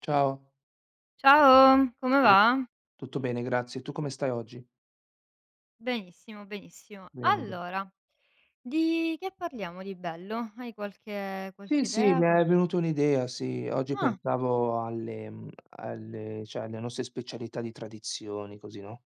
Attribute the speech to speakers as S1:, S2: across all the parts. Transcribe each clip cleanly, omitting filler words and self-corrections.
S1: Ciao.
S2: Ciao, come
S1: Come
S2: va?
S1: Tutto bene, grazie. Tu come stai oggi?
S2: Benissimo, benissimo.
S1: Venendo.
S2: Allora, di che parliamo di bello? Hai qualche
S1: Sì,
S2: qualche
S1: sì,
S2: idea?
S1: mi
S2: Qual
S1: è venuta un'idea, sì. Oggi
S2: ah,
S1: pensavo alle cioè alle nostre specialità di tradizioni, così, no.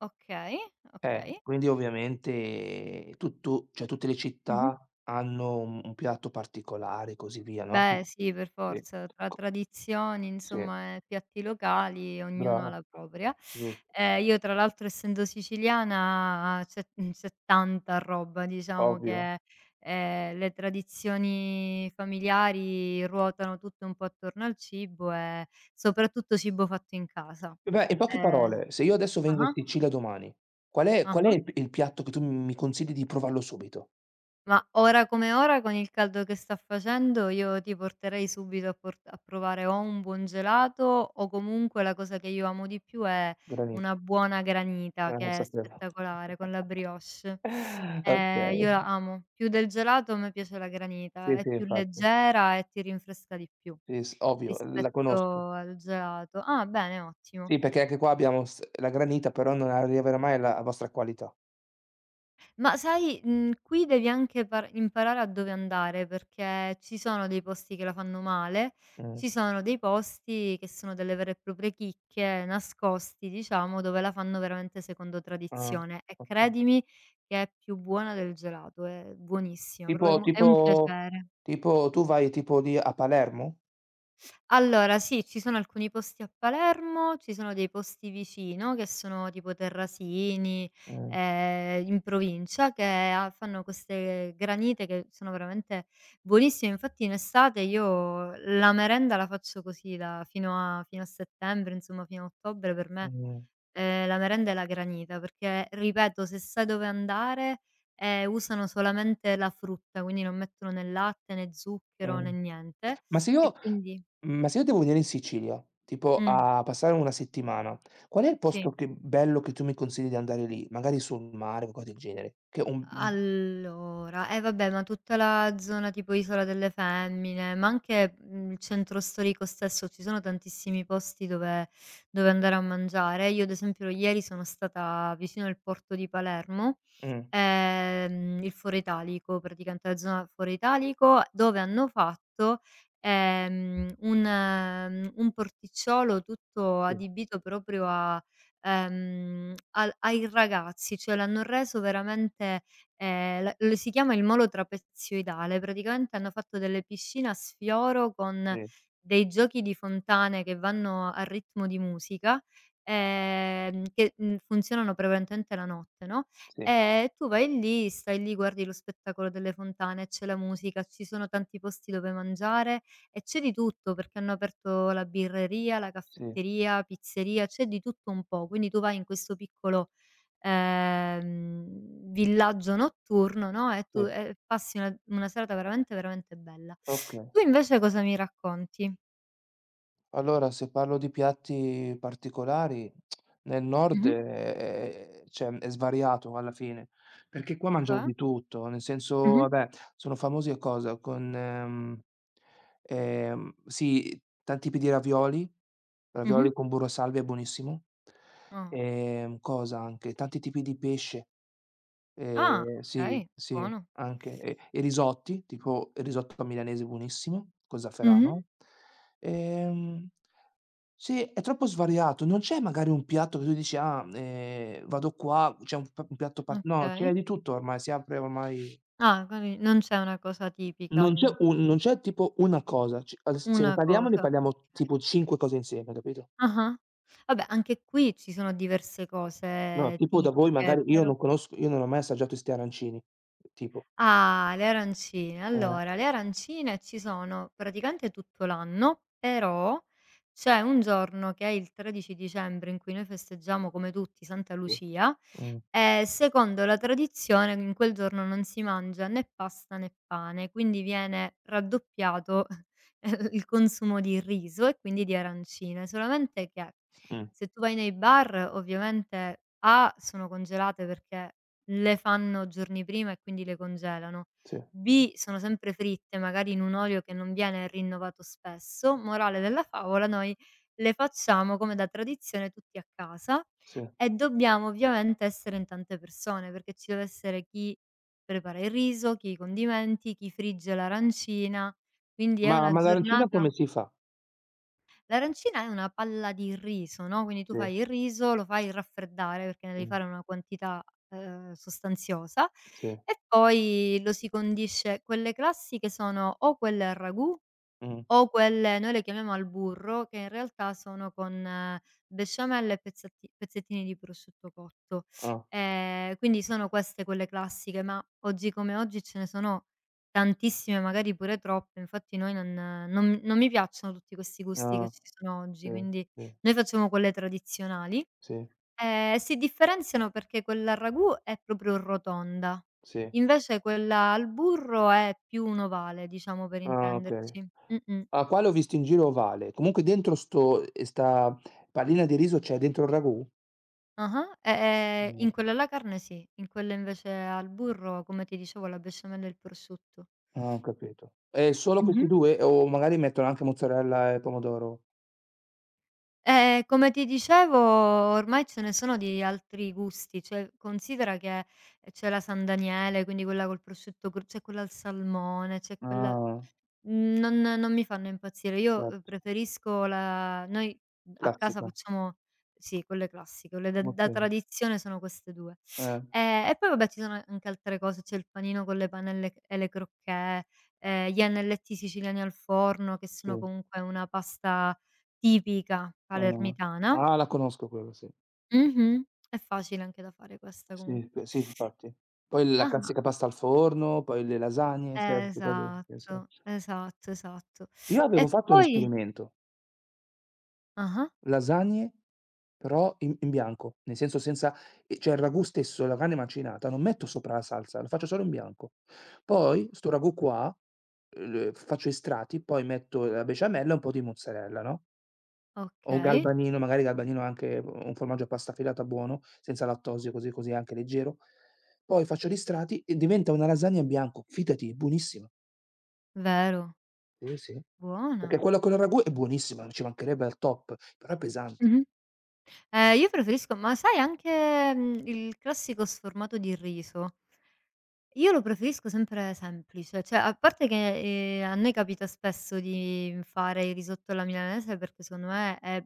S2: okay, okay.
S1: Quindi ovviamente tutto cioè tutte le
S2: Mh-mh.
S1: città hanno un piatto particolare e così via, no.
S2: Beh, sì, per
S1: Sì,
S2: forza, tra
S1: co
S2: tradizioni,
S1: sì,
S2: insomma, e piatti locali, ognuno ha
S1: brava.
S2: la propria.
S1: Giusto,
S2: Io tra l'altro essendo siciliana c'è c'è tanta roba, diciamo
S1: ovvio.
S2: che, le tradizioni familiari ruotano tutte un po' attorno al cibo e soprattutto cibo fatto in casa.
S1: E beh, in poche
S2: Ehm
S1: parole, se io adesso vengo in
S2: ah-ah,
S1: Sicilia domani, qual è
S2: ah-ah.
S1: il piatto che tu mi consigli di provarlo subito?
S2: Ma ora come ora, con il caldo che sta facendo, io ti porterei subito a port a provare o un buon gelato o comunque la cosa che io amo di più è
S1: Veramente.
S2: una buona granita,
S1: Lo
S2: che è
S1: sapevo.
S2: spettacolare, con la brioche. Io
S1: Okay.
S2: la amo. Più del gelato a me piace la granita,
S1: Sì,
S2: è
S1: sì,
S2: più
S1: infatti.
S2: leggera e ti rinfresca di più
S1: Sì, s ovvio, la conosco.
S2: rispetto al gelato. Ah bene, ottimo.
S1: Sì, perché anche qua abbiamo s la granita, però non arriverà mai alla vostra qualità.
S2: Ma sai, qui devi anche par imparare a dove andare, perché ci sono dei posti che la fanno male,
S1: Mh.
S2: ci sono dei posti che sono delle vere e proprie chicche, nascosti diciamo, dove la fanno veramente secondo
S1: Ah,
S2: tradizione e
S1: okay.
S2: credimi che è più buona del gelato, è buonissima,
S1: Tipo
S2: proprio è
S1: tipo
S2: un piacere.
S1: tipo tu vai tipo lì a Palermo?
S2: Allora sì, ci sono alcuni posti a Palermo, ci sono dei posti vicino che sono tipo Terrasini,
S1: Mh,
S2: in provincia che ha fanno queste granite che sono veramente buonissime. Infatti in estate io la merenda la faccio così da fino a fino a settembre, insomma fino a ottobre per me,
S1: mh.
S2: la merenda è la granita, perché ripeto se sai dove andare, usano solamente la frutta, quindi non mettono né latte, né zucchero,
S1: Mh.
S2: né niente
S1: Ma se
S2: e
S1: io
S2: quindi
S1: ma se io devo venire in Sicilia, tipo
S2: mh.
S1: a passare una settimana, qual è il
S2: Sì.
S1: posto che bello che tu mi consigli di andare lì? Magari sul mare, qualcosa del genere. Che un
S2: Allora, eh vabbè, ma tutta la zona tipo Isola delle Femmine, ma anche, il centro storico stesso, ci sono tantissimi posti dove andare a mangiare. Io ad esempio ieri sono stata vicino al porto di Palermo
S1: Mh.
S2: il Foro Italico, praticamente la zona Foro Italico, dove hanno fatto, un porticciolo tutto
S1: Sì,
S2: adibito proprio a al ai ragazzi, cioè l'hanno reso veramente l lo si chiama il molo trapezioidale, praticamente hanno fatto delle piscine a sfioro con
S1: sì,
S2: dei giochi di fontane che vanno a ritmo di musica, che, funzionano prevalentemente la notte, no,
S1: sì,
S2: tu vai lì, stai lì, guardi lo spettacolo delle fontane, c'è la musica, ci sono tanti posti dove mangiare e c'è di tutto perché hanno aperto la birreria, la
S1: sì,
S2: caffetteria, pizzeria, c'è di tutto un po'. Quindi tu vai in questo piccolo, ehm, villaggio notturno, no, e tu
S1: sì.
S2: e passi una serata veramente, veramente bella.
S1: Okay.
S2: Tu invece cosa mi racconti?
S1: Allora, se parlo di piatti particolari, nel nord
S2: Mh-mh,
S1: è, cioè, è svariato alla fine, perché qua mangiano
S2: cioè?
S1: di tutto, nel senso,
S2: Mh-mh,
S1: vabbè, sono famosi a cosa? Con, sì, tanti tipi di ravioli,
S2: mh-mh.
S1: ravioli con burro e salvia è buonissimo.
S2: Ah.
S1: Cosa anche? Tanti tipi di pesce,
S2: Ah,
S1: sì,
S2: okay,
S1: sì,
S2: buono.
S1: anche, e risotti, tipo il risotto milanese buonissimo, con zafferano. Ehm sì, è troppo svariato. Non c'è magari un piatto che tu dici: "Ah, vado qua, c'è un piatto pa"
S2: Mh-mh,
S1: no,
S2: okay.
S1: c'è di tutto ormai, si apre ormai.
S2: Ah, quindi non c'è una cosa tipica,
S1: non c'è un non c'è tipo una cosa, c al se ne
S2: una
S1: parliamo,
S2: cosa, okay.
S1: tipo cinque cose insieme, capito?
S2: Ah-ah. Vabbè anche qui ci sono diverse
S1: No,
S2: cose
S1: tipo da voi
S2: tipiche,
S1: magari io
S2: però
S1: non conosco, io non ho mai assaggiato 'sti arancini, tipo.
S2: Ah, le arancine.
S1: Eh,
S2: Allora, le arancine ci sono praticamente tutto l'anno, però c'è un giorno che è il 13 dicembre in cui noi festeggiamo come tutti Santa
S1: sì.
S2: Lucia
S1: Mh,
S2: e secondo la tradizione in quel giorno non si mangia né pasta né pane, quindi viene raddoppiato il consumo di riso e quindi di arancine, solamente che
S1: mh,
S2: se tu vai nei bar ovviamente A sono congelate perché le fanno giorni prima e quindi le congelano.
S1: sì,
S2: B: sono sempre fritte, magari in un olio che non viene rinnovato spesso. Morale della favola, noi le facciamo come da tradizione tutti a casa
S1: sì.
S2: e dobbiamo ovviamente essere in tante persone, perché ci deve essere chi prepara il riso, chi i condimenti, chi frigge l'arancina, quindi è
S1: Ma
S2: una
S1: ma l'arancina come
S2: giornata.
S1: si fa?
S2: L'arancina è una palla di riso, no, quindi tu
S1: Sì,
S2: fai il riso, lo fai raffreddare perché ne devi
S1: mh,
S2: fare una quantità, sostanziosa
S1: sì,
S2: e poi lo si condisce quelle classiche sono o quelle al ragù
S1: mh,
S2: o quelle noi le chiamiamo al burro, che in realtà sono con besciamella e pezzatti pezzettini di prosciutto cotto.
S1: ah,
S2: Quindi sono queste quelle classiche, ma oggi come oggi ce ne sono tantissime, magari pure troppe, infatti noi non mi piacciono tutti questi gusti
S1: ah,
S2: che ci sono
S1: sì,
S2: oggi, quindi
S1: sì,
S2: noi facciamo quelle tradizionali,
S1: sì,
S2: si differenziano perché quella al ragù è proprio rotonda,
S1: sì.
S2: invece quella al burro è più un ovale, diciamo per
S1: Ah, okay.
S2: intenderci. Mh-mh.
S1: Ah, qua l'ho visto in giro ovale. Comunque dentro sto sta pallina di riso c'è dentro il ragù?
S2: Ah-ah. E
S1: Mh.
S2: in quella alla carne sì, in quella invece al burro, come ti dicevo, la besciamella e il prosciutto.
S1: Ah, ho capito. E solo questi
S2: Mh-mh.
S1: due o magari mettono anche mozzarella e pomodoro?
S2: Come ti dicevo, ormai ce ne sono di altri gusti, cioè considera che c'è la San Daniele, quindi quella col prosciutto cru c'è quella al salmone, c'è quella
S1: Ah,
S2: Non mi fanno impazzire. Io,
S1: certo,
S2: preferisco la noi a casa
S1: classica.
S2: facciamo sì, quelle classiche, quelle da da
S1: Okay.
S2: tradizione sono queste 2.
S1: Eh,
S2: E poi vabbè ci sono anche altre cose, c'è il panino con le panelle c e le crocchè, gli anelletti siciliani al forno che sono
S1: sì.
S2: comunque una pasta tipica
S1: Ah.
S2: palermitana.
S1: Ah, la conosco quella, sì.
S2: Mh-mh. È facile anche da fare questa comunque.
S1: Sì, p sì, infatti. Poi la
S2: Ah-ah.
S1: classica pasta al forno, poi le lasagne, certe cose sì, sì.
S2: Esatto, esatto, esatto.
S1: Io avevo
S2: E
S1: fatto un
S2: poi
S1: esperimento:
S2: ah-ah.
S1: lasagne. Però in bianco, nel senso senza cioè il ragù stesso, la carne macinata, non metto sopra la salsa, la faccio solo in bianco. Poi sto ragù qua, faccio i strati, poi metto la besciamella e un po' di mozzarella, no, o un
S2: Okay,
S1: galbanino, magari galbanino anche un formaggio a pasta filata buono, senza lattosio, così così è anche leggero. Poi faccio gli strati e diventa una lasagna in bianco, fidati, buonissima.
S2: vero,
S1: Sì, sì. Perché
S2: buona.
S1: quella con il ragù è buonissima, ci mancherebbe al top, però è pesante.
S2: Mh-mh. Io preferisco ma sai anche, il classico sformato di riso, io lo preferisco sempre semplice, cioè a parte che, a noi capita spesso di fare il risotto alla milanese perché secondo me è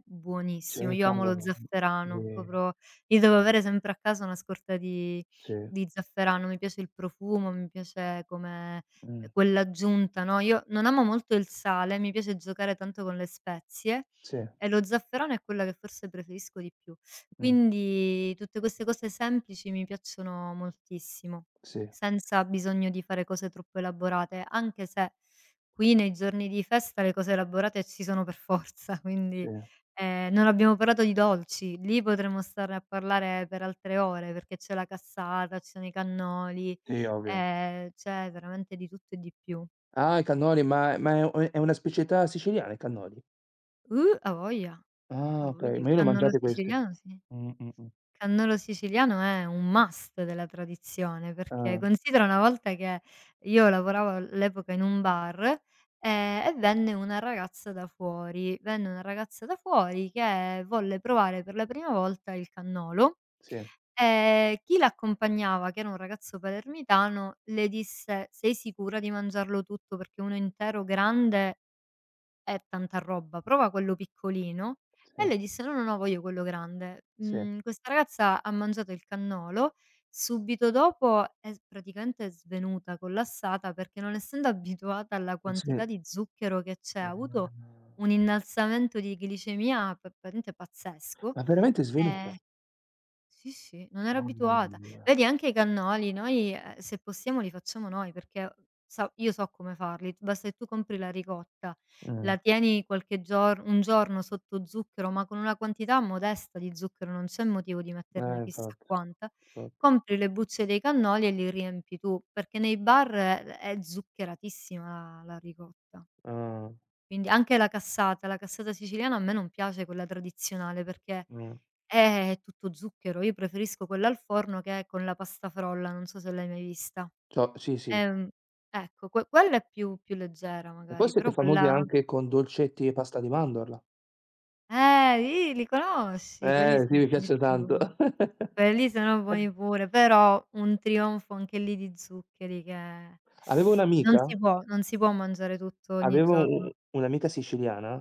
S1: Sì,
S2: buonissimo. Io amo lo
S1: cavolo.
S2: zafferano,
S1: Sì,
S2: proprio io devo avere sempre a casa una scorta
S1: sì.
S2: di zafferano, mi piace il profumo, mi piace come
S1: Mh,
S2: quell'aggiunta, no, io non amo molto il sale, mi piace giocare tanto con le spezie
S1: sì,
S2: e lo zafferano è quella che forse preferisco di più.
S1: mh,
S2: Quindi tutte queste cose semplici mi piacciono moltissimo
S1: sì,
S2: senza bisogno di fare cose troppo elaborate, anche se qui nei giorni di festa le cose elaborate ci sono per forza,
S1: sì,
S2: quindi, non abbiamo parlato di dolci, lì potremmo starne a parlare per altre ore, perché c'è la cassata, ci sono i cannoli,
S1: sì, ovvio.
S2: c'è veramente di tutto e di più.
S1: Ah, i cannoli, ma è una specialità siciliana i cannoli?
S2: Avoglia,
S1: Ah, okay,
S2: avoglia,
S1: ma
S2: il
S1: io le ho
S2: cannolo
S1: mangiate queste.
S2: siciliano sì.
S1: Mh, mh, mh.
S2: Cannolo siciliano è un must della tradizione, perché
S1: Ah,
S2: considera una volta che io lavoravo all'epoca in un bar, e venne una ragazza da fuori. Venne una ragazza da fuori che volle provare per la prima volta il cannolo,
S1: sì,
S2: chi l'accompagnava, che era un ragazzo palermitano, le disse: "Sei sicura di mangiarlo tutto? Perché uno intero grande è tanta roba, prova quello piccolino." E
S1: sì,
S2: lei disse: "No, no, no, voglio quello grande."
S1: sì,
S2: Mhmm, questa ragazza ha mangiato il cannolo, subito dopo è s praticamente svenuta, collassata, perché non essendo abituata alla
S1: sì.
S2: quantità di zucchero che c'è, ha avuto un innalzamento di glicemia p praticamente pazzesco,
S1: Ma veramente è
S2: ehm
S1: svenuta?
S2: sì, sì, non ero
S1: Mamma
S2: abituata.
S1: mia.
S2: Vedi anche i cannoli noi, se possiamo li facciamo noi perché so come farli, basta che tu compri la ricotta,
S1: Mh,
S2: la tieni qualche gior un giorno sotto zucchero, ma con una quantità modesta di zucchero, non c'è motivo di metterne chissà
S1: infatti,
S2: quanta,
S1: infatti.
S2: compri le bucce dei cannoli e li riempi tu, perché nei bar è zuccheratissima la ricotta.
S1: Ah,
S2: Quindi anche la cassata siciliana a me non piace quella tradizionale perché
S1: mh.
S2: è tutto zucchero. Io preferisco quella al forno che è con la pasta frolla, non so se l'hai mai vista.
S1: Cioè sì, sì.
S2: Ehm, ecco, quella è più leggera
S1: E poi
S2: magari,
S1: siete
S2: però
S1: famosi
S2: quella
S1: anche con dolcetti e pasta di mandorla.
S2: i li conosci, quelli
S1: Sì,
S2: sono
S1: mi piace
S2: buonissimi
S1: tanto.
S2: pure. Quelli sono buoni pure, però un trionfo anche lì di zuccheri che
S1: Avevo un'amica
S2: non si può mangiare tutto ogni
S1: Avevo
S2: giorno.
S1: u un'amica siciliana,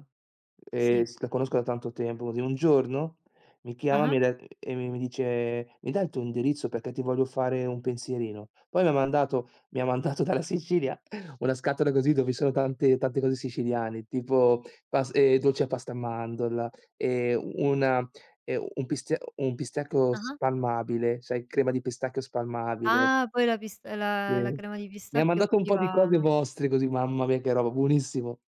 S2: Sì.
S1: s la conosco da tanto tempo, così. Un giorno mi chiama
S2: Ah-ah,
S1: mi de e mi mi dice: "Mi dai il tuo indirizzo perché ti voglio fare un pensierino". Poi mi ha mandato dalla Sicilia una scatola così dove ci sono tante tante cose siciliane, tipo pas dolce alla pasta a mandorla, una un pistia un pistacchio
S2: ah-ah.
S1: spalmabile, sai, crema di pistacchio spalmabile,
S2: Ah, poi la
S1: sì.
S2: crema di
S1: Mi ha
S2: pistacchio
S1: mandato un
S2: qui
S1: po' di
S2: va
S1: cose vostre così, mamma mia che roba, buonissimo.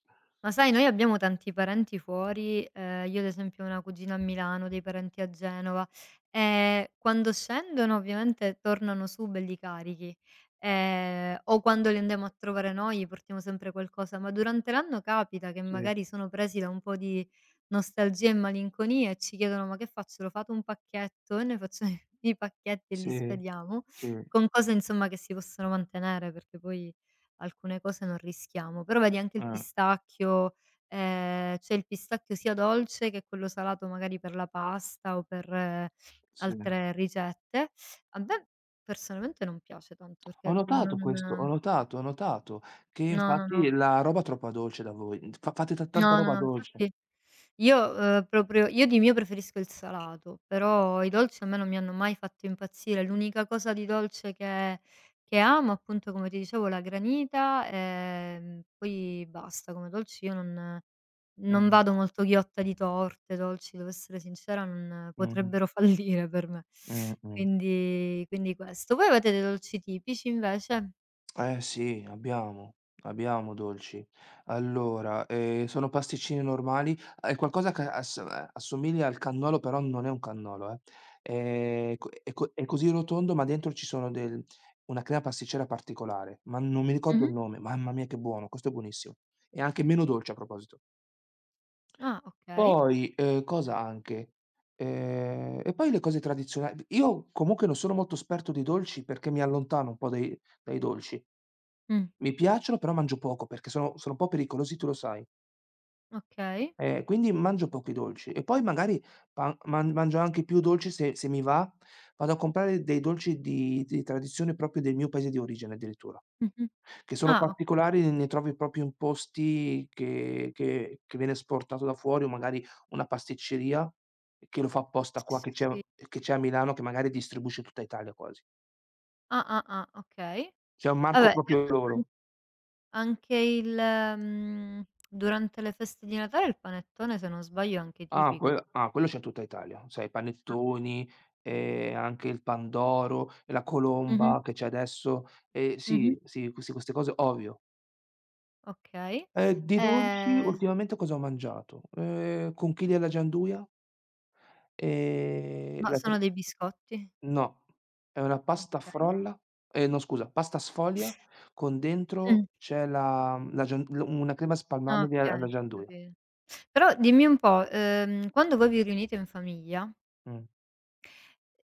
S2: ma sai, noi abbiamo tanti parenti fuori, io ad esempio ho una cugina a Milano, dei parenti a Genova, e quando scendono ovviamente tornano su belli carichi, o quando li andiamo a trovare noi portiamo sempre qualcosa, ma durante l'anno capita che
S1: Sì,
S2: magari sono presi da un po' di nostalgia e malinconia e ci chiedono: "Ma che faccio? Lo fate un pacchetto?" E noi facciamo i pacchetti e
S1: sì,
S2: li spediamo
S1: sì,
S2: con cose insomma che si possono mantenere, perché poi alcune cose non rischiamo. Però vedi anche il
S1: eh,
S2: pistacchio, c'è il pistacchio sia dolce che quello salato magari per la pasta o per
S1: sì.
S2: altre ricette. A me personalmente non piace tanto
S1: Ho
S2: perché
S1: notato questo, ho
S2: non
S1: notato, ho notato che
S2: no, no,
S1: infatti
S2: no.
S1: la roba è troppo dolce da voi, fa fate ta tanta
S2: No, no,
S1: roba
S2: no,
S1: dolce.
S2: infatti io, proprio io di mio preferisco il salato, però i dolci a me non mi hanno mai fatto impazzire. L'unica cosa di dolce che amo, appunto, come ti dicevo, la granita, poi basta. Come dolci io non non
S1: Mh,
S2: vado molto ghiotta di torte, dolci, devo essere sincera, non
S1: mh,
S2: potrebbero fallire per me.
S1: mh, mh.
S2: Quindi questo. Voi avete dei dolci tipici invece?
S1: Eh sì, abbiamo dolci. Allora, sono pasticcini normali, è qualcosa che assomiglia al cannolo, però non è un cannolo, eh. Co è così rotondo, ma dentro ci sono del una crema pasticcera particolare, ma non mi ricordo il
S2: Mh-mh.
S1: nome. Mamma mia che buono, questo è buonissimo. E anche meno dolce a proposito.
S2: Ah, okay.
S1: Poi, cosa anche? E poi le cose tradizionali io comunque non sono molto esperto di dolci perché mi allontano un po' dai dolci.
S2: Mh.
S1: Mi piacciono, però mangio poco perché sono un po' pericolosi, tu lo sai.
S2: Okay.
S1: Quindi mangio pochi dolci e poi magari pa man mangio anche più dolci se mi va, vado a comprare dei dolci di tradizione proprio del mio paese di origine addirittura,
S2: Mh-mh.
S1: che sono
S2: Ah, okay.
S1: particolari, ne trovi proprio in posti che viene esportato da fuori o magari una pasticceria che lo fa apposta qua, che c'è
S2: Sì.
S1: che c'è a Milano, che magari distribuisce tutta Italia quasi.
S2: Ah, ah, ah, okay.
S1: C'è un marco
S2: Vabbè, e a
S1: proprio
S2: an
S1: loro.
S2: anche il durante le feste di Natale il panettone, se non sbaglio, è anche
S1: Ah,
S2: tipico.
S1: quello c'è in tutta Italia. Sai i
S2: Ah.
S1: panettoni, anche il pandoro, e la
S2: Mh-mh.
S1: colomba che c'è adesso.
S2: Mh-mh.
S1: Sì, sì, queste cose ovvio.
S2: Okay.
S1: Di dolci
S2: Ehm,
S1: ultimamente cosa ho mangiato? Conchiglie alla gianduia,
S2: ma
S1: la
S2: sono
S1: tre
S2: dei biscotti?
S1: no, è una pasta
S2: Okay.
S1: frolla, no scusa, pasta sfoglia con
S2: Mh,
S1: dentro c'è la la gian l una crema spalmabile alla
S2: okay,
S1: gianduia.
S2: capito. Però dimmi un po', quando voi vi riunite in famiglia,
S1: Mh.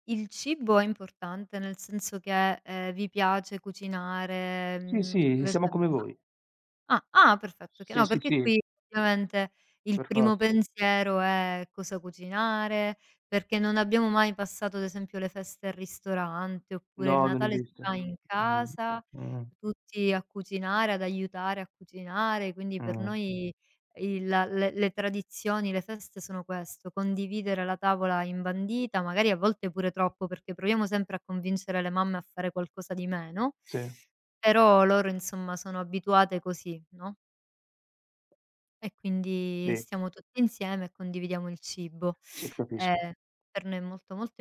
S2: il cibo è importante? Nel senso che, vi piace cucinare,
S1: Sì, sì, siamo
S2: invece
S1: come voi.
S2: Ah, ah perfetto, che
S1: Sì,
S2: no,
S1: sì,
S2: perché
S1: sì,
S2: qui ovviamente il
S1: per
S2: primo
S1: forza.
S2: pensiero è cosa cucinare, perché non abbiamo mai passato ad esempio le feste al ristorante, oppure il
S1: No, non
S2: Natale si
S1: esiste.
S2: fa in
S1: Mh.
S2: casa,
S1: Mh.
S2: tutti a cucinare, ad aiutare a cucinare, quindi per
S1: Mh.
S2: noi il la le tradizioni, le feste sono questo, condividere la tavola imbandita, magari a volte pure troppo, perché proviamo sempre a convincere le mamme a fare qualcosa di meno
S1: Sì,
S2: però loro insomma sono abituate così, no, e quindi
S1: sì,
S2: stiamo tutti insieme e condividiamo il cibo.
S1: sì, capisco.
S2: Ehm, per noi è molto, molto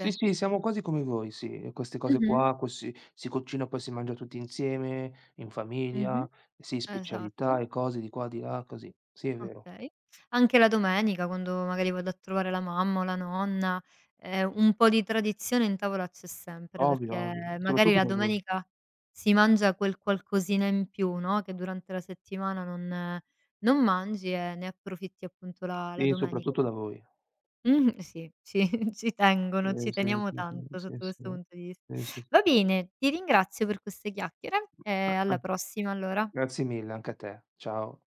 S1: Sì, sì, siamo quasi come voi, sì, e queste cose
S2: Mh-mh,
S1: qua, poi si cucina, poi si mangia tutti insieme, in
S2: mh-mh,
S1: famiglia, sì, specialità
S2: esatto,
S1: e cose di qua, di là, così. Sì, è vero.
S2: okay. Anche la domenica quando magari vado a trovare la mamma o la nonna, un po' di tradizione in tavola c'è sempre,
S1: Ovvio,
S2: perché
S1: ovvio,
S2: magari
S1: soprattutto
S2: la
S1: da voi.
S2: domenica si mangia quel qualcosina in più, no, che durante la settimana non mangi e ne approfitti appunto la
S1: Sì,
S2: domenica.
S1: soprattutto da voi.
S2: Mh-mh, sì, ci ci
S1: Sì,
S2: tengono, ci
S1: sì,
S2: teniamo
S1: sì, sì,
S2: tanto
S1: sì,
S2: sotto questo
S1: sì.
S2: punto di vista.
S1: Sì, sì, sì.
S2: Va bene, ti ringrazio per queste chiacchiere e
S1: Ah-ah.
S2: alla prossima allora.
S1: Grazie mille anche a te. Ciao.